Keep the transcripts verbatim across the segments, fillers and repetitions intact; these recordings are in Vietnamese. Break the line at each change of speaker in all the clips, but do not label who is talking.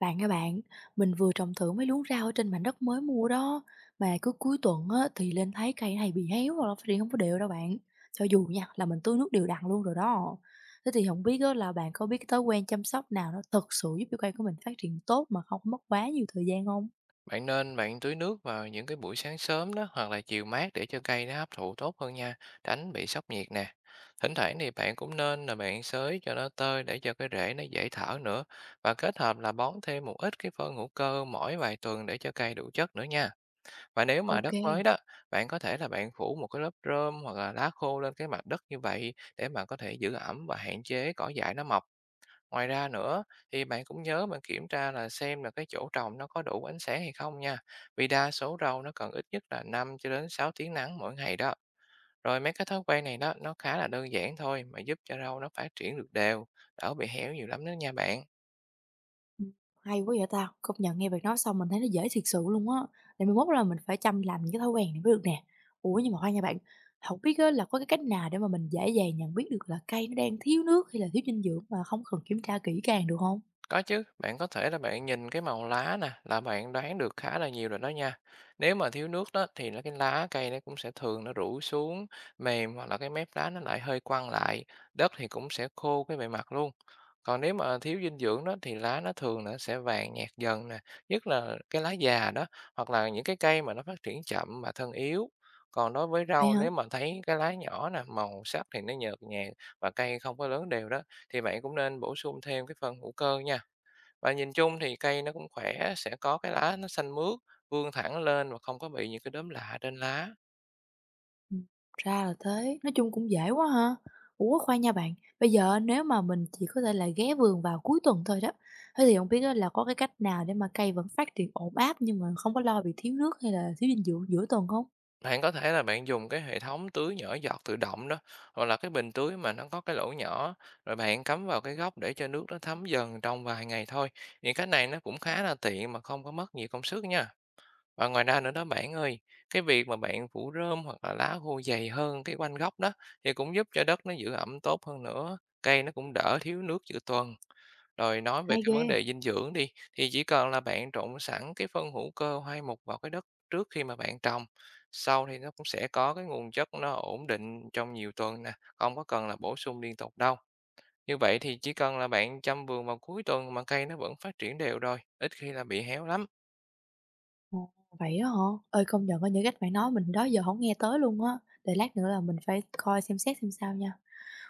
Bạn các bạn, mình vừa trồng thử mấy luống rau ở trên mảnh đất mới mua đó. Mà cứ cuối tuần á, thì lên thấy cây này bị héo hoặc là phát triển không có đều đâu bạn. Cho dù nha là mình tưới nước đều đặn luôn rồi đó. Thế thì không biết á, là bạn có biết cái thói quen chăm sóc nào nó thật sự giúp cho cây của mình phát triển tốt mà không mất quá nhiều thời gian không?
Bạn nên bạn tưới nước vào những cái buổi sáng sớm đó, hoặc là chiều mát để cho cây nó hấp thụ tốt hơn nha, tránh bị sốc nhiệt nè. Thỉnh thoảng thì bạn cũng nên là bạn xới cho nó tơi để cho cái rễ nó dễ thở nữa, và kết hợp là bón thêm một ít cái phân hữu cơ mỗi vài tuần để cho cây đủ chất nữa nha. Và nếu mà
Ok.
đất mới đó, bạn có thể là bạn phủ một cái lớp rơm hoặc là lá khô lên cái mặt đất như vậy để mà có thể giữ ẩm và hạn chế cỏ dại nó mọc. Ngoài ra nữa thì bạn cũng nhớ bạn kiểm tra là xem là cái chỗ trồng nó có đủ ánh sáng hay không nha. Vì đa số rau nó cần ít nhất là năm cho đến sáu tiếng nắng mỗi ngày đó. Rồi mấy cái thói quen này đó nó khá là đơn giản thôi, mà giúp cho rau nó phát triển được đều, đỡ bị héo nhiều lắm đó nha bạn.
Ừm, Hay quá vậy ta! Công nhận nghe bạn nói xong mình thấy nó dễ thiệt sự luôn á, để mai mốt là mình phải chăm làm những cái thói quen này mới được nè. Ủa, nhưng mà khoan nha bạn, không biết á là có cái cách nào để mà mình dễ dàng nhận biết được là cây nó đang thiếu nước hay là thiếu dinh dưỡng mà không cần kiểm tra kỹ càng được không?
Có chứ, bạn có thể là bạn nhìn cái màu lá nè là bạn đoán được khá là nhiều rồi đó nha. Nếu mà thiếu nước đó thì nó cái lá cây nó cũng sẽ thường nó rũ xuống mềm, hoặc là cái mép lá nó lại hơi quăng lại, đất thì cũng sẽ khô cái bề mặt luôn. Còn nếu mà thiếu dinh dưỡng đó thì lá nó thường nó sẽ vàng nhạt dần nè, nhất là cái lá già đó, hoặc là những cái cây mà nó phát triển chậm mà thân yếu. Còn đối với
Vậy
rau,
hả?
nếu mà thấy cái lá nhỏ nè, màu sắc thì nó nhợt nhạt và cây không có lớn đều đó, thì bạn cũng nên bổ sung thêm cái phân hữu cơ nha. Và nhìn chung thì cây nó cũng khỏe, sẽ có cái lá nó xanh mướt, vươn thẳng lên và không có bị những cái đốm lạ trên lá.
Ừm, ra là thế, nói chung cũng dễ quá ha. Ủa, khoan nha bạn, bây giờ nếu mà mình chỉ có thể là ghé vườn vào cuối tuần thôi đó, thế thì không biết á là có cái cách nào để mà cây vẫn phát triển ổn áp nhưng mà không có lo bị thiếu nước hay là thiếu dinh dưỡng giữa tuần không?
Bạn có thể là bạn dùng cái hệ thống tưới nhỏ giọt tự động đó, hoặc là cái bình tưới mà nó có cái lỗ nhỏ, rồi bạn cắm vào cái góc để cho nước nó thấm dần trong vài ngày thôi. Những cái này nó cũng khá là tiện mà không có mất nhiều công sức nha. Và ngoài ra nữa đó bạn ơi, cái việc mà bạn phủ rơm hoặc là lá khô dày hơn cái quanh gốc đó, thì cũng giúp cho đất nó giữ ẩm tốt hơn nữa, cây nó cũng đỡ thiếu nước giữa tuần. Rồi nói về
Hay
cái
ghê!
vấn đề dinh dưỡng đi, thì chỉ cần là bạn trộn sẵn cái phân hữu cơ hoai mục vào cái đất trước khi mà bạn trồng, sau thì nó cũng sẽ có cái nguồn chất nó ổn định trong nhiều tuần nè, không có cần là bổ sung liên tục đâu. Như vậy thì chỉ cần là bạn chăm vườn vào cuối tuần mà cây nó vẫn phát triển đều rồi, ít khi là bị héo lắm.
Ồ, vậy á hả? Ơi công nhận có những cách bạn nói mình đó giờ không nghe tới luôn á, để lát nữa là mình phải coi xem xét xem sao nha.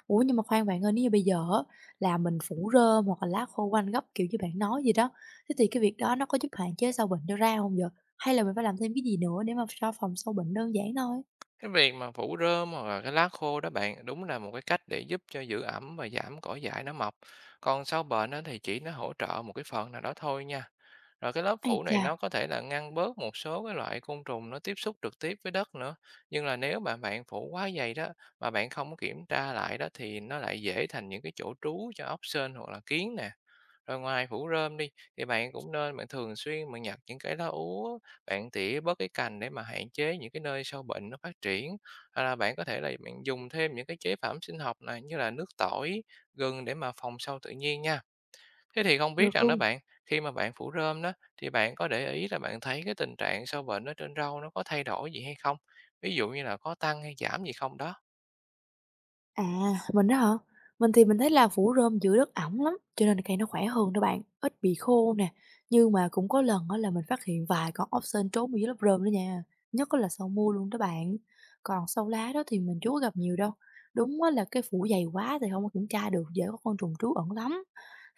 Ủa, nhưng mà khoan bạn ơi, nếu như bây giờ á là mình phủ rơm hoặc là lá khô quanh gốc, kiểu như bạn nói gì đó, thế thì cái việc đó nó có giúp hạn chế sâu bệnh cho ra không vậy? Hay là mình phải làm thêm cái gì nữa để mà cho phòng sâu bệnh đơn giản thôi?
Cái việc mà phủ rơm hoặc là cái lá khô đó bạn, đúng là một cái cách để giúp cho giữ ẩm và giảm cỏ dại nó mọc. Còn sâu bệnh á thì chỉ nó hỗ trợ một cái phần nào đó thôi nha. Rồi cái lớp
Ây
phủ này
chà,
nó có thể là ngăn bớt một số cái loại côn trùng nó tiếp xúc trực tiếp với đất nữa. Nhưng là nếu mà bạn phủ quá dày đó mà bạn không có kiểm tra lại đó, thì nó lại dễ thành những cái chỗ trú cho ốc sên hoặc là kiến nè. Rồi ngoài phủ rơm đi, thì bạn cũng nên bạn thường xuyên bạn nhặt những cái lá úa, bạn tỉa bớt cái cành để mà hạn chế những cái nơi sâu bệnh nó phát triển. Hoặc là bạn có thể là bạn dùng thêm những cái chế phẩm sinh học này, như là nước tỏi, gừng để mà phòng sâu tự nhiên nha. Thế thì không biết
được
rằng đó
luôn.
bạn, khi mà bạn phủ rơm đó thì bạn có để ý là bạn thấy cái tình trạng sâu bệnh ở trên rau nó có thay đổi gì hay không? Ví dụ như là có tăng hay giảm gì không đó.
À, mình đó hả? Mình thì mình thấy là phủ rơm giữ đất ẩm lắm, cho nên cây nó khỏe hơn đó bạn, ít bị khô nè. Nhưng mà cũng có lần đó là mình phát hiện vài con ốc sên trốn ở dưới lớp rơm đó nha, nhất là sau mưa luôn đó bạn. Còn sâu lá đó thì mình chưa có gặp nhiều đâu. Đúng á là cái phủ dày quá thì không có kiểm tra được, dễ có con trùng trú ẩn lắm.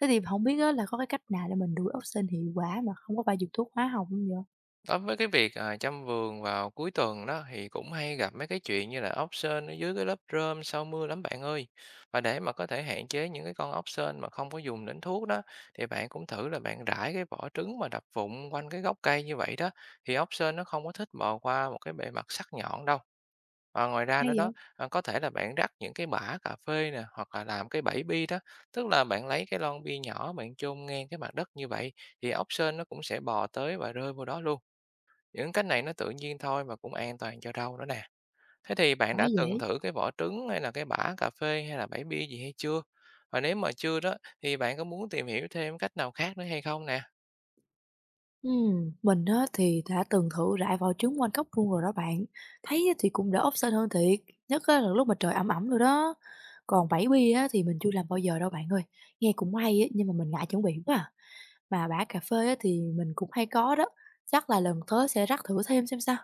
Thế thì không biết á là có cái cách nào để mình đuổi ốc sên hiệu quả mà không có phải dùng thuốc hóa học không vậy?
Đối với cái việc, à, chăm vườn vào cuối tuần đó thì cũng hay gặp mấy cái chuyện như là ốc sên ở dưới cái lớp rơm sau mưa lắm bạn ơi. Và để mà có thể hạn chế những cái con ốc sên mà không có dùng đến thuốc đó, thì bạn cũng thử là bạn rải cái vỏ trứng mà đập vụn quanh cái gốc cây như vậy đó, thì ốc sên nó không có thích bò qua một cái bề mặt sắc nhọn đâu. Và ngoài ra nữa
Hay
đó,
vậy?
à, có thể là bạn rắc những cái bã cà phê nè, hoặc là làm cái bẫy bi đó, tức là bạn lấy cái lon bi nhỏ bạn chôn ngang cái mặt đất như vậy thì ốc sên nó cũng sẽ bò tới và rơi vô đó luôn. Những cách này nó tự nhiên thôi và cũng an toàn cho rau nữa nè. Thế thì bạn
Quá
đã từng
dễ.
thử cái vỏ trứng hay là cái bã cà phê hay là bã bia gì hay chưa? Và nếu mà chưa đó thì bạn có muốn tìm hiểu thêm cách nào khác nữa hay không nè?
Ừm, mình á thì đã từng thử rải vỏ trứng quanh góc vuông rồi đó bạn. Thấy á thì cũng đỡ ốc sên hơn thiệt, nhất á là lúc mà trời ẩm ẩm rồi đó. Còn bảy bi á thì mình chưa làm bao giờ đâu bạn ơi. Nghe cũng hay á nhưng mà mình ngại chuẩn bị quá à. Mà bã cà phê á thì mình cũng hay có đó. Chắc là lần tới sẽ rắc thử thêm xem sao.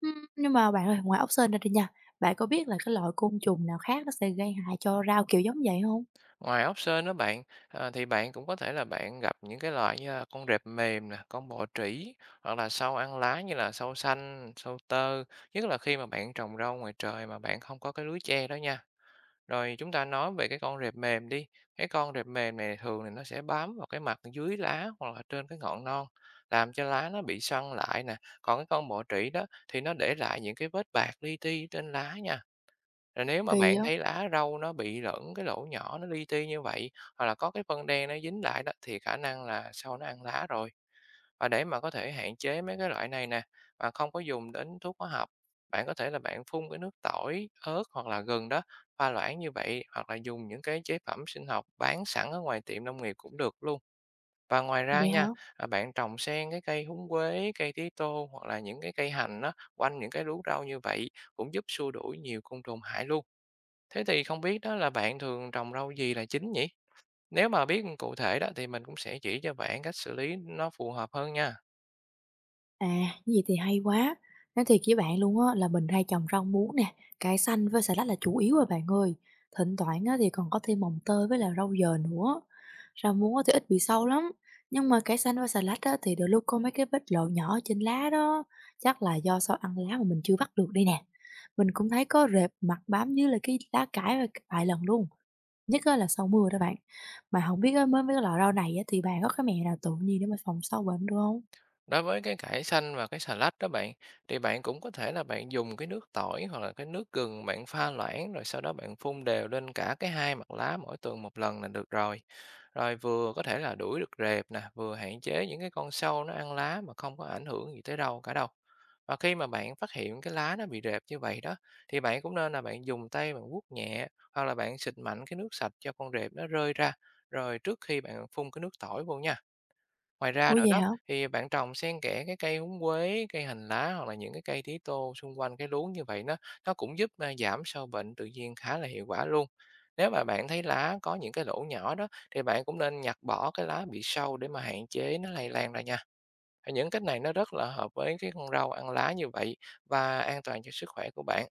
Ừm, nhưng mà bạn ơi, ngoài ốc sên ra đi nha, bạn có biết là cái loại côn trùng nào khác nó sẽ gây hại cho rau kiểu giống vậy không?
Ngoài ốc sên đó bạn à, thì bạn cũng có thể là bạn gặp những cái loại như là con rệp mềm nè, con bọ trĩ, hoặc là sâu ăn lá như là sâu xanh, sâu tơ, nhất là khi mà bạn trồng rau ngoài trời mà bạn không có cái lưới che đó nha. Rồi chúng ta nói về cái con rệp mềm đi. Cái con rệp mềm này thường thì nó sẽ bám vào cái mặt dưới lá hoặc là trên cái ngọn non, làm cho lá nó bị săn lại nè. Còn cái con bọ trĩ đó thì nó để lại những cái vết bạc li ti trên lá nha. Rồi nếu mà
Kỳ
bạn
không?
thấy lá rau nó bị lẫn cái lỗ nhỏ nó li ti như vậy, hoặc là có cái phân đen nó dính lại đó, thì khả năng là sau nó ăn lá rồi. Và để mà có thể hạn chế mấy cái loại này nè, mà không có dùng đến thuốc hóa học, bạn có thể là bạn phun cái nước tỏi, ớt hoặc là gừng đó, pha loãng như vậy, hoặc là dùng những cái chế phẩm sinh học bán sẵn ở ngoài tiệm nông nghiệp cũng được luôn. Và ngoài ra
Vậy hả?
nha, à, bạn trồng xen cái cây húng quế, cây tía tô hoặc là những cái cây hành đó quanh những cái luống rau như vậy cũng giúp xua đuổi nhiều côn trùng hại luôn. Thế thì không biết đó là bạn thường trồng rau gì là chính nhỉ? Nếu mà biết cụ thể đó thì mình cũng sẽ chỉ cho bạn cách xử lý nó phù hợp hơn nha.
À, như vậy thì hay quá. Nói thiệt với bạn luôn á là mình hay trồng rau muống nè, cải xanh với xà lách là chủ yếu rồi bạn ơi. Thỉnh thoảng á thì còn có thêm mồng tơi với là rau dền nữa. Rau muống á thì ít bị sâu lắm, nhưng mà cải xanh với xà lách á thì đôi lúc có mấy cái vết lộ nhỏ trên lá đó, chắc là do sau ăn lá mà mình chưa bắt được đây nè. Mình cũng thấy có rệp mặt bám dưới là cái lá cải và vài lần luôn, nhất á là sau mưa đó bạn. Mà không biết á, mới với cái loại rau này á thì bạn có cái mẹo nào tự nhiên để mà phòng sâu bệnh được không?
Đối với cái cải xanh và cái xà lách đó bạn, thì bạn cũng có thể là bạn dùng cái nước tỏi hoặc là cái nước gừng bạn pha loãng, rồi sau đó bạn phun đều lên cả cái hai mặt lá mỗi tuần một lần là được rồi. Rồi vừa có thể là đuổi được rệp nè, vừa hạn chế những cái con sâu nó ăn lá mà không có ảnh hưởng gì tới đâu cả đâu. Và khi mà bạn phát hiện cái lá nó bị rệp như vậy đó, thì bạn cũng nên là bạn dùng tay bạn vuốt nhẹ, hoặc là bạn xịt mạnh cái nước sạch cho con rệp nó rơi ra, rồi trước khi bạn phun cái nước tỏi vô nha. Ngoài ra
Ủa
nữa
vậy
đó,
hả?
thì bạn trồng xen kẽ cái cây húng quế, cây hành lá hoặc là những cái cây tía tô xung quanh cái luống như vậy, nó nó cũng giúp, a, giảm sâu bệnh tự nhiên khá là hiệu quả luôn. Nếu mà bạn thấy lá có những cái lỗ nhỏ đó, thì bạn cũng nên nhặt bỏ cái lá bị sâu để mà hạn chế nó lây lan ra nha. Những cách này nó rất là hợp với cái con rau ăn lá như vậy và an toàn cho sức khỏe của bạn.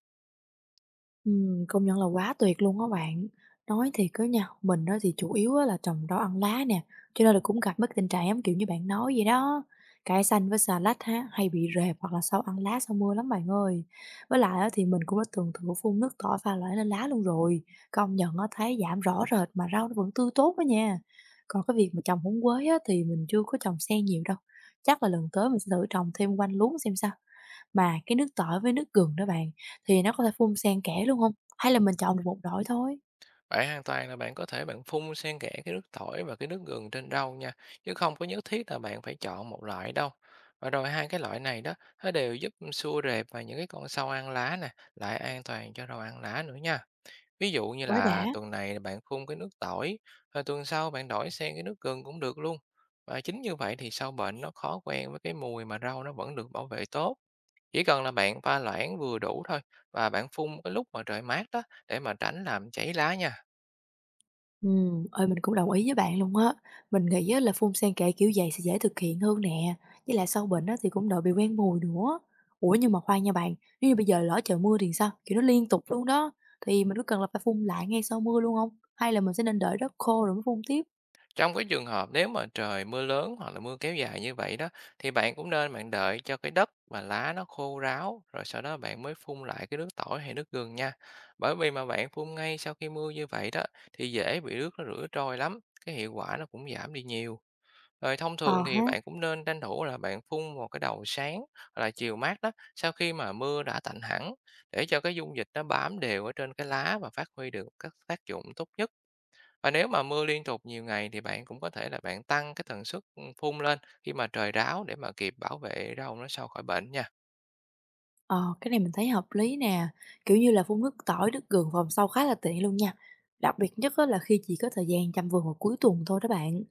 Ừm, công nhận là quá tuyệt luôn á bạn. Nói thì cứ nha, mình đó thì chủ yếu á là trồng rau ăn lá nè, cho nên là cũng gặp mấy cái tình trạng giống kiểu như bạn nói vậy đó. Cải xanh với xà lách ha, hay bị rệp hoặc là sau ăn lá sau mưa lắm bạn ơi. Với lại á thì mình cũng đã từng thử phun nước tỏi pha loãng lên lá luôn rồi. Công nhận á thấy giảm rõ rệt mà rau nó vẫn tươi tốt đó nha. Còn cái việc mà trồng húng quế á thì mình chưa có trồng xen nhiều đâu. Chắc là lần tới mình sẽ thử trồng thêm quanh luống xem sao. Mà cái nước tỏi với nước gừng đó bạn, thì nó có thể phun xen kẽ luôn hông? Hay là mình chọn được một loại thôi?
Bạn hoàn toàn là bạn có thể bạn phun xen kẽ cái nước tỏi và cái nước gừng trên rau nha, chứ không có nhất thiết là bạn phải chọn một loại đâu. Và rồi hai cái loại này đó, nó đều giúp xua rệp và những cái con sâu ăn lá nè, lại an toàn cho rau ăn lá nữa nha. Ví dụ như
Quá
là
đã!
tuần này bạn phun cái nước tỏi, rồi tuần sau bạn đổi sang cái nước gừng cũng được luôn. Và chính như vậy thì sâu bệnh nó khó quen với cái mùi mà rau nó vẫn được bảo vệ tốt. Chỉ cần là bạn pha loãng vừa đủ thôi, và bạn phun cái lúc mà trời mát đó để mà tránh làm cháy lá nha.
Ừm, ơi mình cũng đồng ý với bạn luôn á. Mình nghĩ á là phun xen kẽ kiểu vậy sẽ dễ thực hiện hơn nè, với lại sâu bệnh á thì cũng đỡ bị quen mùi nữa. Ủa, nhưng mà khoan nha bạn, nếu như bây giờ lỡ trời mưa thì sao? Kiểu, nó liên tục luôn đó, thì mình có cần là phải phun lại ngay sau mưa luôn hông? Hay là mình sẽ nên đợi đất khô rồi mới phun tiếp?
Trong cái trường hợp nếu mà trời mưa lớn hoặc là mưa kéo dài như vậy đó, thì bạn cũng nên bạn đợi cho cái đất và lá nó khô ráo rồi sau đó bạn mới phun lại cái nước tỏi hay nước gừng nha. Bởi vì mà bạn phun ngay sau khi mưa như vậy đó thì dễ bị nước nó rửa trôi lắm, cái hiệu quả nó cũng giảm đi nhiều. Rồi thông
Ờ
thường thì
ha.
bạn cũng nên tranh thủ là bạn phun vào cái đầu sáng, hoặc là chiều mát đó, sau khi mà mưa đã tạnh hẳn để cho cái dung dịch nó bám đều ở trên cái lá và phát huy được các tác dụng tốt nhất. Và nếu mà mưa liên tục nhiều ngày thì bạn cũng có thể là bạn tăng cái tần suất, phun lên khi mà trời ráo để mà kịp bảo vệ rau nó sau khỏi bệnh nha.
Ờ, cái này mình thấy hợp lý nè, kiểu như là, phun nước tỏi, nước gừng phòng sau khá là tiện luôn nha, đặc biệt nhất á là khi chỉ có thời gian chăm vườn vào cuối tuần thôi đó bạn.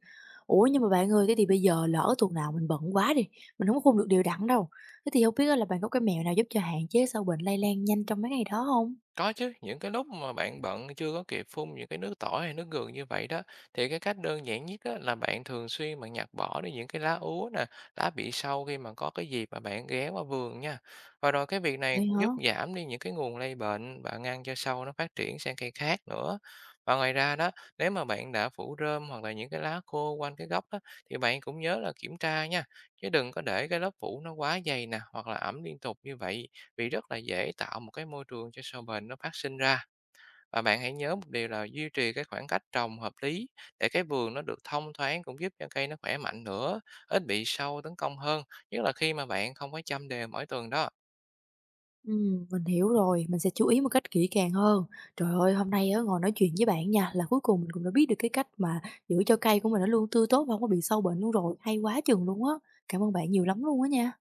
Ủa, nhưng mà bạn ơi, thế thì bây giờ lỡ tuần nào mình bận quá đi, mình không có phun được đều đặn đâu, thế thì không biết á là bạn có cái mẹo nào giúp cho hạn chế sâu bệnh lây lan nhanh trong mấy ngày đó không?
Có chứ, những cái lúc mà bạn bận chưa có kịp phun những cái nước tỏi hay nước gừng như vậy đó, thì cái cách đơn giản nhất á, là bạn thường xuyên bạn nhặt bỏ đi những cái lá úa nè, lá bị sâu khi mà có cái dịp mà bạn ghé qua vườn nha. Và rồi cái việc này
Vậy
cũng
hả?
giúp giảm đi những cái nguồn lây bệnh và ngăn cho sâu nó phát triển sang cây khác nữa. Và ngoài ra đó, nếu mà bạn đã phủ rơm hoặc là những cái lá khô quanh cái gốc đó, thì bạn cũng nhớ là kiểm tra nha, chứ đừng có để cái lớp phủ nó quá dày nè hoặc là ẩm liên tục như vậy, vì rất là dễ tạo một cái môi trường cho sâu bền nó phát sinh ra. Và bạn hãy nhớ một điều là duy trì cái khoảng cách trồng hợp lý để cái vườn nó được thông thoáng cũng giúp cho cây nó khỏe mạnh nữa, ít bị sâu tấn công hơn, nhất là khi mà bạn không có chăm đều mỗi tuần đó.
Ừm, mình hiểu rồi, mình sẽ chú ý một cách kỹ càng hơn. Trời ơi, hôm nay á, ngồi nói chuyện với bạn nha, là cuối cùng mình cũng đã biết được cái cách mà giữ cho cây của mình nó luôn tươi tốt và hông có bị sâu bệnh luôn rồi, hay quá chừng luôn á. Cảm ơn bạn nhiều lắm luôn á nha.